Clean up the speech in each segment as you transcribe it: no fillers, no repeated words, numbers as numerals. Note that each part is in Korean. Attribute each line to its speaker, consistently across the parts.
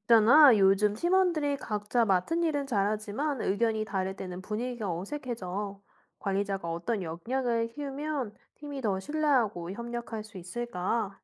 Speaker 1: 있잖아, 요즘 팀원들이 각자 맡은 일은 잘하지만 의견이 다를 때는 분위기가 어색해져. 관리자가 어떤 역량을 키우면 팀이 더 신뢰하고 협력할 수 있을까?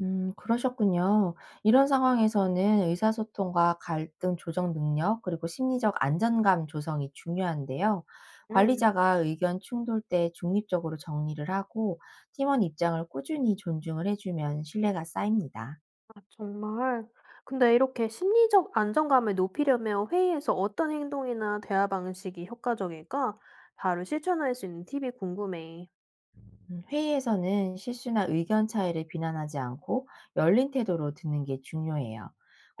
Speaker 2: 그러셨군요. 이런 상황에서는 의사소통과 갈등 조정 능력, 그리고 심리적 안전감 조성이 중요한데요.
Speaker 1: 음,
Speaker 2: 관리자가 의견 충돌 때 중립적으로 정리를 하고 팀원 입장을 꾸준히 존중을 해주면 신뢰가 쌓입니다.
Speaker 1: 아, 정말. 근데 이렇게 심리적 안정감을 높이려면 회의에서 어떤 행동이나 대화 방식이 효과적일까? 바로 실천할 수 있는 팁이 궁금해.
Speaker 2: 회의에서는 실수나 의견 차이를 비난하지 않고 열린 태도로 듣는 게 중요해요.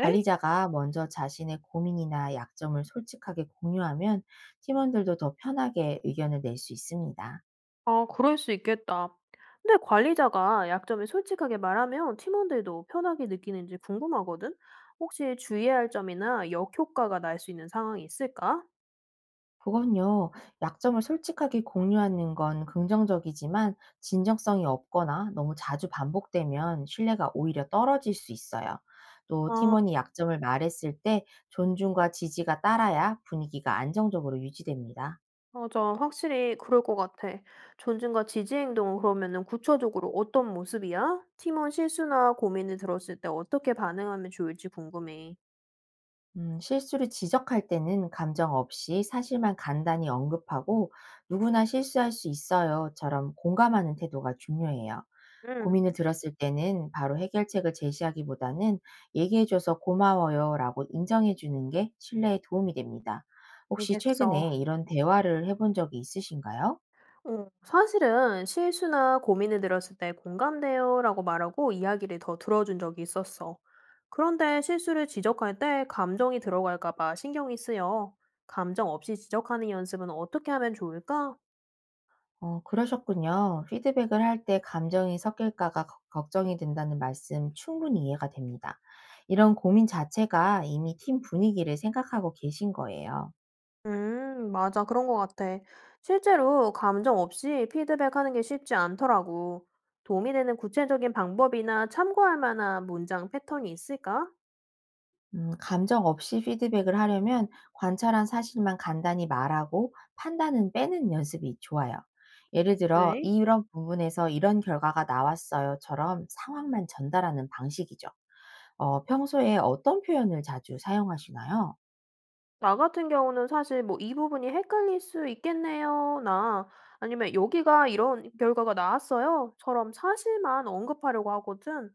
Speaker 1: 에?
Speaker 2: 먼저 자신의 고민이나 약점을 솔직하게 공유하면 팀원들도 더 편하게 의견을 낼 수 있습니다.
Speaker 1: 아 그럴 수 있겠다. 근데 관리자가 약점을 솔직하게 말하면 팀원들도 편하게 느끼는지 궁금하거든? 혹시 주의해야 할 점이나 역효과가 날 수 있는 상황이 있을까?
Speaker 2: 그건요, 약점을 솔직하게 공유하는 건 긍정적이지만 진정성이 없거나 너무 자주 반복되면 신뢰가 오히려 떨어질 수 있어요. 또
Speaker 1: 아,
Speaker 2: 팀원이 약점을 말했을 때 존중과 지지가 따라야 분위기가 안정적으로 유지됩니다.
Speaker 1: 맞아. 확실히 그럴 것 같아. 존중과 지지 행동은 그러면은 구체적으로 어떤 모습이야? 팀원 실수나 고민을 들었을 때 어떻게 반응하면 좋을지 궁금해.
Speaker 2: 실수를 지적할 때는 감정 없이 사실만 간단히 언급하고 누구나 실수할 수 있어요처럼 공감하는 태도가 중요해요. 고
Speaker 1: 응,
Speaker 2: 민을 들었을 때는 바로 해결책을 제시하기보다는 "얘기해줘서 고마워요."라고 인정해주는 게 신뢰에 도움이 됩니다. 혹시
Speaker 1: 알겠어.
Speaker 2: 최근에 이런 대화를 해본 적이 있으신가요?
Speaker 1: 어, 사실은 실수나 고민을 들었을 때 공감돼요라고 말하고 이야기를 더 들어준 적이 있었어. 그런데 실수를 지적할 때 감정이 들어갈까 봐 신경이 쓰여. 감정 없이 지적하는 연습은 어떻게 하면 좋을까?
Speaker 2: 그러셨군요. 피드백을 할 때 감정이 섞일까가 걱 걱정이 된다는 말씀 충분히 이해가 됩니다. 이런 고민 자체가 이미 팀 분위기를 생각하고 계신 거예요.
Speaker 1: 맞아. 그런 것 같아. 실제로 감정 없이 피드백하는 게 쉽지 않더라고. 도움이 되는 구체적인 방법이나 참고할 만한 문장 패턴이 있을까?
Speaker 2: 감정 없이 피드백을 하려면 관찰한 사실만 간단히 말하고 판단은 빼는 연습이 좋아요. 예를 들어,
Speaker 1: 그래.
Speaker 2: 이런 부분에서 이런 결과가 나왔어요처럼 상황만 전달하는 방식이죠. 평소에 어떤 표현을 자주 사용하시나요?
Speaker 1: 나 같은 경우는 사실 뭐 "이 부분이 헷갈릴 수 있겠네요." 나 아니면 "여기가 이런 결과가 나왔어요." 처럼 사실만 언급하려고 하거든.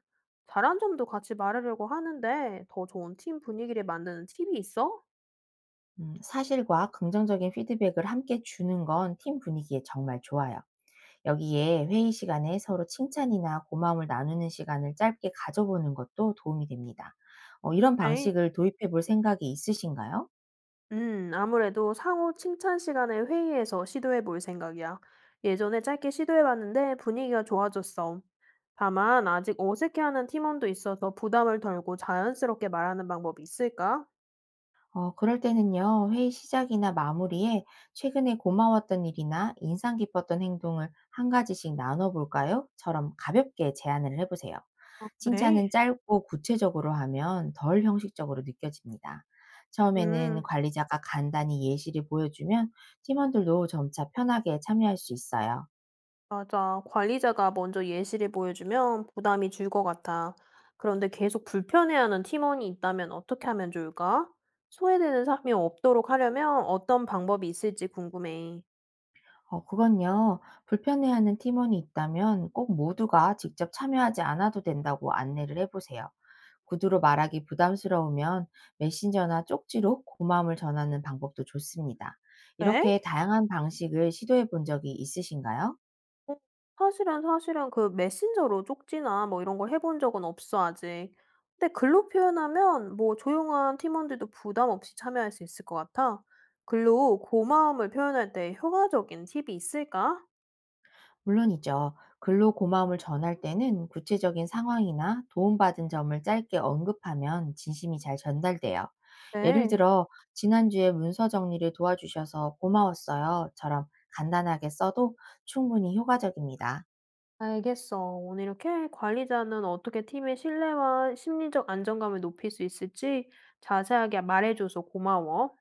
Speaker 1: 잘한 점도 같이 말하려고 하는데 "더 좋은 팀 분위기를 만드는 팁이 있어?"
Speaker 2: 사실과 긍정적인 피드백을 함께 주는 건 팀 분위기에 정말 좋아요. 여기에 회의 시간에 서로 칭찬이나 고마움을 나누는 시간을 짧게 가져보는 것도 도움이 됩니다. 이런
Speaker 1: 그래.
Speaker 2: 방식을 도입해 볼 생각이 있으신가요?
Speaker 1: 아무래도 상호 칭찬 시간에 회의에서 시도해 볼 생각이야. 예전에 짧게 시도해 봤는데 분위기가 좋아졌어. 다만 아직 어색해하는 팀원도 있어서 부담을 덜고 자연스럽게 말하는 방법이 있을까?
Speaker 2: 그럴 때는요, 회의 시작이나 마무리에 최근에 고마웠던 일이나 인상 깊었던 행동을 한 가지씩 나눠볼까요? 처럼 가볍게 제안을 해보세요.
Speaker 1: 아, 그래?
Speaker 2: 칭찬은 짧고 구체적으로 하면 덜 형식적으로 느껴집니다.
Speaker 1: 음,
Speaker 2: 처음에는 관리자가 간단히 예시를 보여주면 팀원들도 점차 편하게 참여할 수 있어요.
Speaker 1: 맞아. 관리자가 먼저 예시를 보여주면 부담이 줄 것 같아. 그런데 계속 불편해하는 팀원이 있다면 어떻게 하면 좋을까? 소외되는 사람이 없도록 하려면 어떤 방법이 있을지 궁금해.
Speaker 2: 그건요, 불편해하는 팀원이 있다면 꼭 모두가 직접 참여하지 않아도 된다고 안내를 해보세요. 구두로 말하기 부담스러우면 메신저나 쪽지로 고마움을 전하는 방법도 좋습니다.
Speaker 1: 그래?
Speaker 2: 이렇게 다양한 방식을 시도해 본 적이 있으신가요?
Speaker 1: 어, 사실은 그 메신저로 쪽지나 뭐 이런 걸 해본 적은 없어, 아직. 근데 글로 표현하면 뭐 조용한 팀원들도 부담 없이 참여할 수 있을 것 같아. 글로 고마움을 표현할 때 효과적인 팁이 있을까?
Speaker 2: 물론이죠. 글로 고마움을 전할 때는 구체적인 상황이나 도움받은 점을 짧게 언급하면 진심이 잘 전달돼요. 예를
Speaker 1: 네.
Speaker 2: 들어, 지난주에 문서 정리를 도와주셔서 고마웠어요.처럼 간단하게 써도 충분히 효과적입니다.
Speaker 1: 알겠어. 오늘 이렇게 관리자는 어떻게 팀의 신뢰와 심리적 안정감을 높일 수 있을지 자세하게 말해줘서 고마워.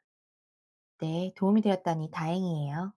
Speaker 2: 네, 도움이 되었다니 다행이에요.